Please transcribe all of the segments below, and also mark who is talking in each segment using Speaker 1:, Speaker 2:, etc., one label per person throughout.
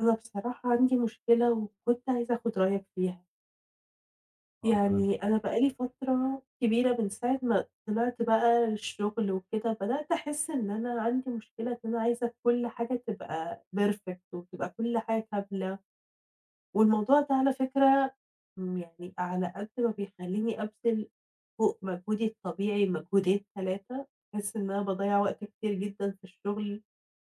Speaker 1: أنا بصراحة عندي مشكلة وكنت عايزة آخُد رأيك فيها.
Speaker 2: آه تمام.
Speaker 1: يعني أنا بقى لي فترة كبيرة من ساعة ما طلعت بقى الشغل وكده، بدأت أحس إن أنا عندي مشكلة إن أنا عايزة كل حاجة تبقى perfect وتبقى كل حاجة كاملة، والموضوع ده على فكرة يعني على قد ما بيخلّيني أبذل فوق مجهودي الطبيعي مجهودين، 3 باحس إن أنا باضيّع وقت كتير جدًا في الشغل.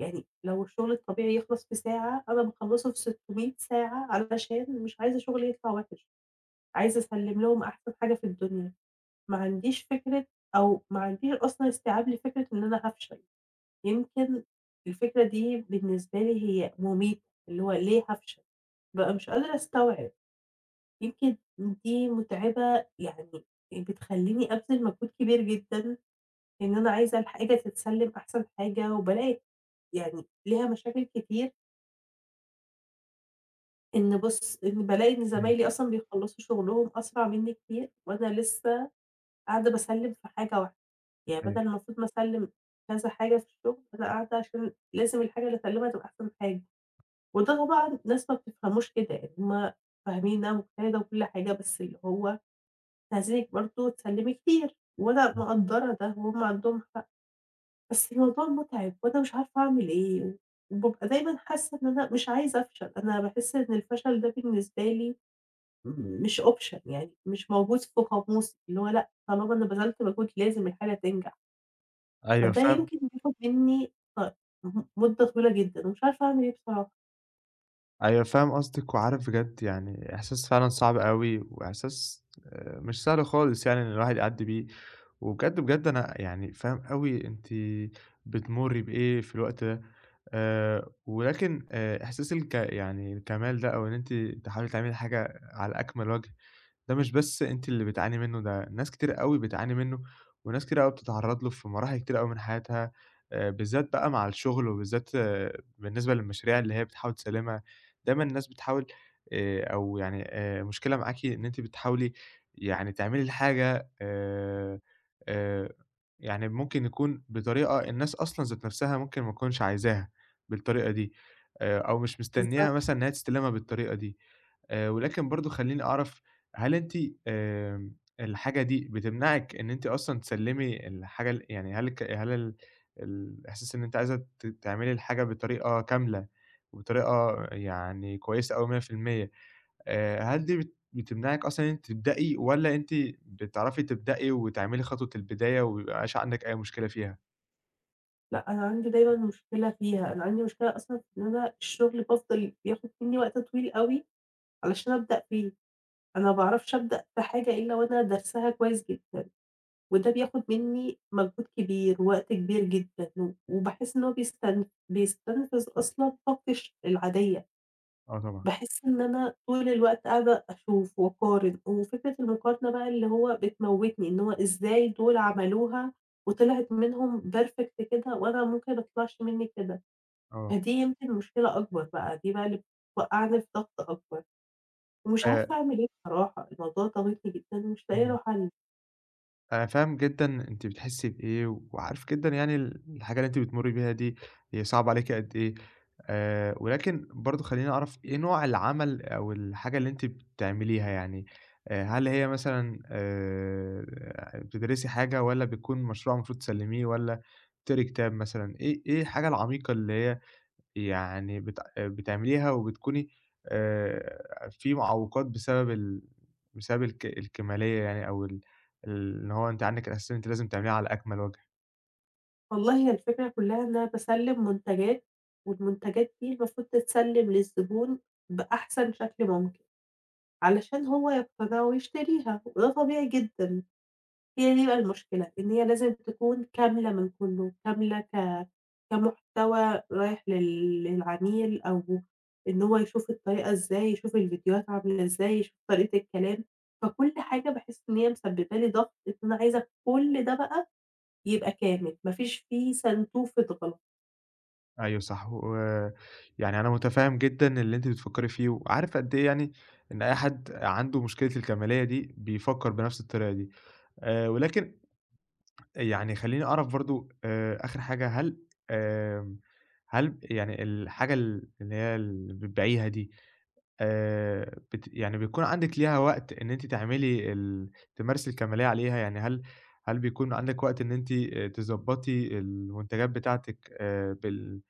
Speaker 1: يعني لو الشغل الطبيعي يخلص في ساعة، أنا باخلّصه في 600 ساعة علشان مش عايزة شغلي يطلع وِحِش، عايزة أسلِّم لهم أحسن حاجة في الدنيا، ما عنديش فكرة أو ما عنديش أصلًا استيعاب لفكرة إن أنا هافشل، يمكن الفكرة دي بالنسبة لي هي مُميتة، اللي هو ليه هافشل؟ بابقى مش قادرة أستوعب، يمكن دي مُتعبة يعني بتخلّيني أبذل مجهود كبير جدًا إن أنا عايزة الحاجة تتسلِّم أحسن حاجة وبالاقي يعني ليها مشاكل كتير إن بُص، إن بالاقي إن
Speaker 2: إمم.
Speaker 1: زمايلي أصلًا بيخلّصوا شغلهم أسرع منّي كتير وأنا لسه قاعدة باسلِّم في حاجة واحدة، يعني
Speaker 2: أيوه.
Speaker 1: بدل المفروض ما أسلِّم كذا حاجة في الشغل، أنا قاعدة عشان لازم الحاجة اللي أسلِّمها تبقى أحسن حاجة، وده طبعًا ناس ما بتفهموش كده، يعني هُم فاهميننا وكده وكل حاجة، بس اللي هو "إحنا عايزينِك برضه تسلِّمي كتير." وأنا مقدّرة ده وهُم عندهم حق، بس الموضوع مُتعب وأنا مش عارفة أعمل إيه، وبابقى دايمًا حاسة إن أنا مش عايزة أفشل، أنا باحس إن الفشل ده بالنسبة لي مش option يعني مش موجود في قاموسي، اللي هو لأ، طالما أنا بذلت مجهود لازم الحاجة تنجح،
Speaker 2: أيوه
Speaker 1: فده
Speaker 2: فاهم
Speaker 1: يمكن بياخد منّي ط م مدة طويلة جدًا ومش عارفة أعمل إيه بصراحة.
Speaker 2: أيوه فاهم قصدِك، وعارف بجد. يعني إحساس فعلًا صعب أوي، وإحساس مش سهل خالص، يعني إن الواحد يعدّي بيه. وبجد، بجد أنا يعني فاهم أوي أنتِ بتمُرّي بإيه في الوقت ده. ولكن إحساس يعني الكمال ده، أو إن أنتِ تحاولي تعملي حاجة على أكمل وجه، ده مش بس أنتِ اللي بتعاني منه، ده ناس كتير أوي بتعاني منه، وناس كتير أوي بتتعرّض له في مراحل كتير أوي من حياتها. بالذات بقى مع الشغل، وبالذات بالنسبة للمشاريع اللي هي بتحاول تسلِّمها. دايمًا الناس بتحاول أو يعني المشكلة معاكِ إن أنتِ بتحاولي يعني تعملي الحاجة آآ يعني ممكن يكون بطريقة الناس أصلًا ذات نَفْسها ممكن ما تكونش عايزاها بالطريقة دي، أو مش مستنياها
Speaker 1: بالضبط.
Speaker 2: مثلًا إن هي تستلمها بالطريقة دي. ولكن برضه خلّيني أعرف، هل أنتِ الحاجة دي بتمنعِك إن أنتِ أصلًا تسلّمي الحاجة، يعني هل الك هل ال الإحساس إن أنتِ عايزة تعملي الحاجة بطريقة كاملة وبطريقة يعني كويسة أوي 100%، هل دي بتمنعِك أصلًا إن أنتِ تبدئي، والّا أنتِ بتعرفي تبدئي وتعملي خطوة البداية وما بيبقاش عندِك أي مشكلة فيها؟
Speaker 1: لأ، أنا عندي دايمًا مشكلة فيها، أنا عندي مشكلة أصلًا في إن أنا الشغل بافضل بياخد منّي وقت طويل أوي علشان أبدأ فيه، أنا ما باعرفش أبدأ في حاجة إلا وأنا دارساها كويس جدًا، وده بياخد منّي مجهود كبير، ووقت كبير جدًا، و وباحس إن هو بيستنفذ أصلًا طاقتي العادية.
Speaker 2: آه طبعًا.
Speaker 1: باحس إن أنا طول الوقت قاعدة أشوف وأقارن، وفكرة المقارنة بقى اللي هو بتموّتني، إن هو إزاي دول عملوها وطلعت منهم perfect كده وأنا ممكن ما تطلعش منّي كده،
Speaker 2: آه.
Speaker 1: فدي يمكن مشكلة أكبر بقى، دي بقى اللي بتوقّعني في ضغط أكبر، ومش
Speaker 2: آآ
Speaker 1: عارفة أعمل إيه بصراحة، الموضوع ضاغطني جدًا ومش لاقية له
Speaker 2: اهم.
Speaker 1: حل،
Speaker 2: أنا فاهم جدًا أنتِ بتحسّي بإيه، وعارف جدًا يعني الحاجة اللي أنتِ بتمُرّي بيها دي هي صعبة عليكِ قد إيه. ولكن برضه خلّيني أعرف إيه نوع العمل أو الحاجة اللي أنتِ بتعمليها، يعني هل هي مثلًا بتدرسي حاجة والّا بيكون مشروع المفروض تسلّميه والّا بتقري كتاب مثلًا. إيه الحاجة العميقة اللي هي يعني بت آه، بتعمليها، وبتكوني في معوّقات بسبب ال بسبب الك الكمالية، يعني أو ال ال إن هو أنتِ عندِك الإحساس إن أنتِ لازم تعمليها على أكمل وجه.
Speaker 1: والله هي الفكرة كلّها إن أنا باسلّم منتجات، والمنتجات دي المفروض تتسلّم للزبون بأحسن شكل ممكن، علشان هو يقتنع ويشتريها، وده طبيعي جدًا. هي دي بقى المشكلة، إن هي لازم تكون كاملة من كُلّه، كاملة ك كمحتوى رايح للعميل أو إن هو يشوف الطريقة إزاي، يشوف الفيديوهات عاملة إزاي، يشوف طريقة الكلام، فكل حاجة باحس إن هي مسببة لي ضغط، إن أنا عايزة كل ده بقى يبقى كامل، ما فيش فيه سنتوفة غلط.
Speaker 2: أيوه صح، ويعني أنا متفهّم جدًا اللي أنتِ بتفكّري فيه، وعارف قد إيه يعني إن أي حد عنده مشكلة الكمالية دي بيفكّر بنفس الطريقة دي. ولكن يعني خلّيني أعرف برضه آخِر حاجة، آمم هل يعني الحاجة اللي هي اللي بتبيعيها دي، بت يعني بيكون عندِك ليها وقت إن أنتِ تعملي تمارسي الكمالية عليها، يعني هل بيكون عندِك وقت إن أنتِ تضبّطي المنتجات بتاعتِك آآ بال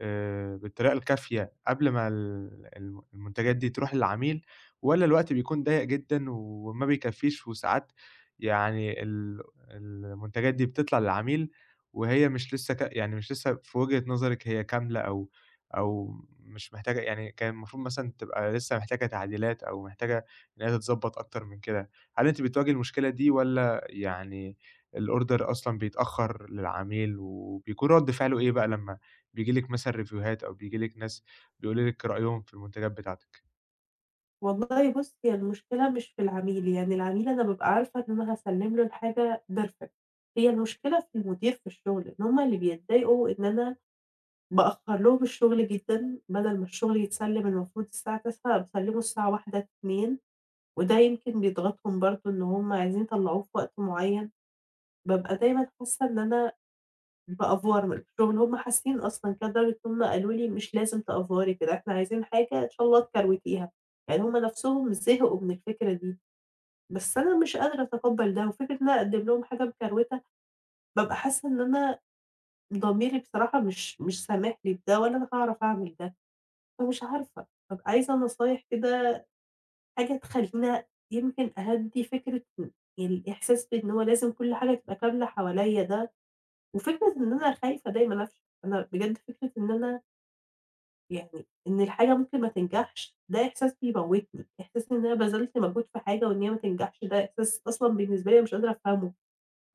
Speaker 2: آآ بالطريقة الكافية قبل ما ال الم المنتجات دي تروح للعميل، والّا الوقت بيكون ضيّق جدًا وما بيكفّيش، وساعات يعني المنتجات دي بتطلع للعميل وهي مش لسه، يعني مش لسه في وجهة نظرِك هي كاملة، أو مش محتاجة، يعني كان المفروض مثلًا تبقى لسه محتاجة تعديلات أو محتاجة إن هي تتضبّط أكتر من كده. هل أنتِ بتواجهي المشكلة دي، والّا يعني الorder أصلًا بيتأخّر للعميل، وبيكون رَد فعله إيه بقى لمّا بييجي لِك مثلًا ريفيوهات أو بييجي لِك ناس بيقولوا لِك رأيهم في المنتجات بتاعتِك؟
Speaker 1: والله بُص، هي المشكلة مش في العميل، يعني العميل أنا بابقى عارفة إن أنا هاسلِّم له الحاجة perfect، هي المشكلة في المدير في الشغل، إن هُم اللي بيتضايقوا إن أنا بأخّر لهم الشغل جدًا، بدل ما الشغل يتسلّم المفروض الساعة 09:00 باسلّمه الساعة 13:00، 14:00 وده يمكن بيضغطهم برضه إن هُم عايزين يطلّعوه في وقت معيّن، بابقى دايمًا حاسّة إن أنا بأفور من الشغل، هُم حاسّين أصلًا كده لدرجة إن هُم قالوا لي: "مش لازم تأفوري كده، إحنا عايزين حاجة إن شاء الله تكروتيها." يعني هُم نَفْسهم زهقوا من الفكرة دي، بس أنا مش قادرة أتقبّل ده، وفكرة إن أنا أقدّم لهم حاجة مكروتة، بابقى حاسّة إن أنا ضميري بصراحة مش سامح لي بده ولا أنا هاعرف أعمل ده. فمش عارفة، بابقى عايزة نصايح كده، حاجة تخلّينا يمكن أهدّي فكرة إن الإحساس بإن هو لازم كل حاجة تبقى كاملة حواليّا ده، وفكرة إن أنا خايفة دايمًا أفشل، أنا بجد فكرة إن أنا يعني إن الحاجة ممكن ما تنجحش، ده إحساس بيموّتني، إحساس إن أنا بذلت مجهود في حاجة وإن هي ما تنجحش، ده إحساس أصلًا بالنسبة لي مش قادرة أفهمه،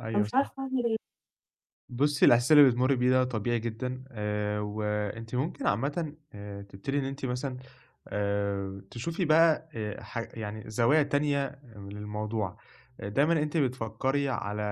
Speaker 2: أيوه
Speaker 1: فمش عارفة
Speaker 2: صح.
Speaker 1: أعمل إيه.
Speaker 2: بُصّي، الإحساس اللي بتمُرّي بيه ده طبيعي جدًا. وأنتِ ممكن عامةً تبتدي إن أنتِ مثلًا تشوفي بقى ح يعني زوايا تانية للموضوع. دايمًا أنتِ بتفكّري على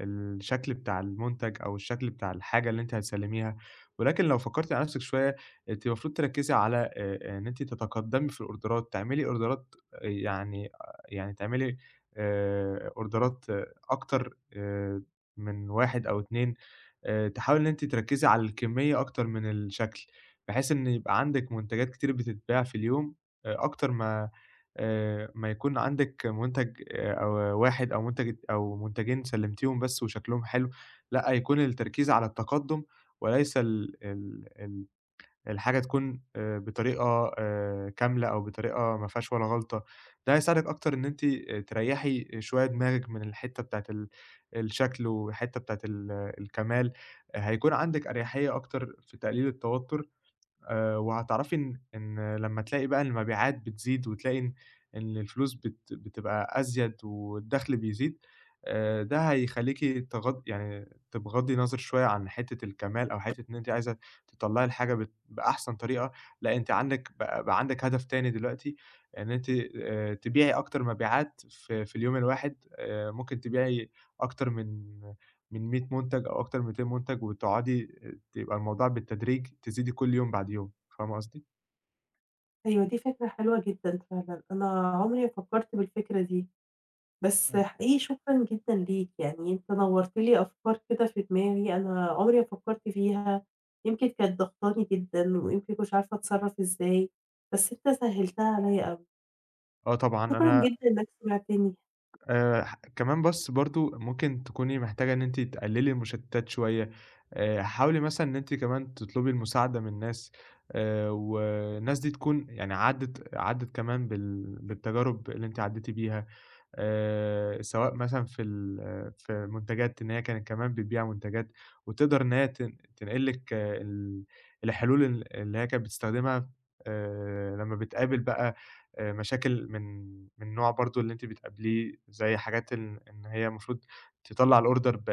Speaker 2: الشكل بتاع المنتج أو الشكل بتاع الحاجة اللي أنتِ هتسلّميها، ولكن لو فكّرتِ على نَفْسِك شوية، أنتِ المفروض تركّزي على إن أنتِ تتقدّمي في الأوردرات، تعملي أوردرات، آه، يعني يعني تعملي أوردرات، أكتر من 1 أو 2، تحاولي إن أنتِ تركّزي على الكمية أكتر من الشكل، بحيث إن يبقى عندِك منتجات كتير بتتباع في اليوم أكتر ما يكون عندِك منتج أو واحد أو منتج أو منتجين سلّمتيهم بس وشكلهم حلو. لأ، يكون التركيز على التقدُّم، وليس ال ال ال الحاجة تكون بطريقة كاملة أو بطريقة ما فيهاش ولا غلطة. ده هيساعدِك أكتر إن أنتِ تريّحي شوية دماغِك من الحتّة بتاعة الشكل والحتّة بتاعة الكمال. هيكون عندِك أريحية أكتر في تقليل التوتر. وهتعرفي إن لمّا تلاقي بقى المبيعات بتزيد، وتلاقي إن الفلوس بتبقى أزيد والدخل بيزيد. ده هيخلّيكِ تغض يعني تبغضّي نظرِك شوية عن حتّة الكمال أو حتّة إن أنتِ عايزة تطلّعي الحاجة بأحسن طريقة. لأ، أنتِ عندِك بقى عندِك هدف تاني دلوقتي، إن أنتِ تبيعي أكتر مبيعات في اليوم الواحد. ممكن تبيعي أكتر من 100 مُنتَج أو أكتر من 200 مُنتَج، وتقعدي تبقى الموضوع بالتدريج، تزيدي كل يوم بعد يوم. فاهمة قصدي؟
Speaker 1: أيوه، دي فكرة حلوة جدًا فعلًا، أنا عمري ما فكّرت بالفكرة دي. بس
Speaker 2: أيوه.
Speaker 1: حقيقي شكرًا جدًا ليك، يعني أنت نوّرت لي أفكار كده في دماغي أنا عمري ما فكّرت فيها، يمكن كانت ضاغطاني جدًا ويمكن مش عارفة أتصرّف إزاي، بس أنت سهّلتها عليّا أوي،
Speaker 2: آه طبعًا
Speaker 1: شكرًا
Speaker 2: أنا
Speaker 1: جدًا إنك سمعتني.
Speaker 2: ح كمان بس برضه ممكن تكوني محتاجة إن أنتِ تقلّلي المشتتات شوية. حاولي مثلًا إن أنتِ كمان تطلبي المساعدة من ناس، والناس دي تكون يعني عدِّت كمان بالتجارب اللي أنتِ عدّيتِ بيها. سواء مثلًا في ال في منتجات إن هي كانت كمان بتبيع منتجات، وتقدر إن هي تنقل لِك الحلول اللي هي كانت بتستخدمها، لمّا بتقابل بقى مشاكل من نوع برضه اللي أنتِ بتقابليه، زي حاجات إن هي المفروض تطلّع الorder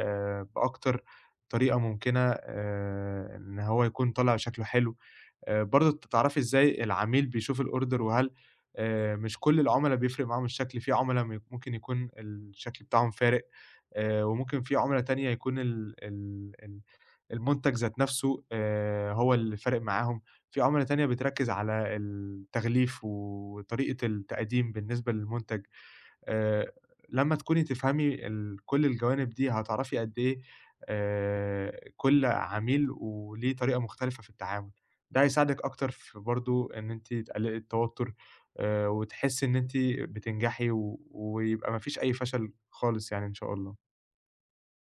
Speaker 2: بأكتر طريقة ممكنة، إن هو يكون طالع شكله حلو. برضه تعرفي إزاي العميل بيشوف الorder، وهل مش كل العُملا بيفرق معاهم الشكل. في عُملا ممكن يكون الشكل بتاعهم فارق، وممكن في عُملا تانية يكون ال ال ال المنتج ذات نَفْسه هو اللي فارق معاهم، في عُملا تانية بتركّز على التغليف وطريقة التقديم بالنسبة للمنتج. آآ لمّا تكوني تفهمي كل الجوانب دي هتعرفي قد إيه كل عميل وليه طريقة مختلفة في التعامل. ده هيساعدِك أكتر في برضه إن أنتِ تقللي التوتر، وتحسّي إن أنتِ بتنجحي، ويبقى ما فيش أي فشل خالص، يعني إن شاء الله.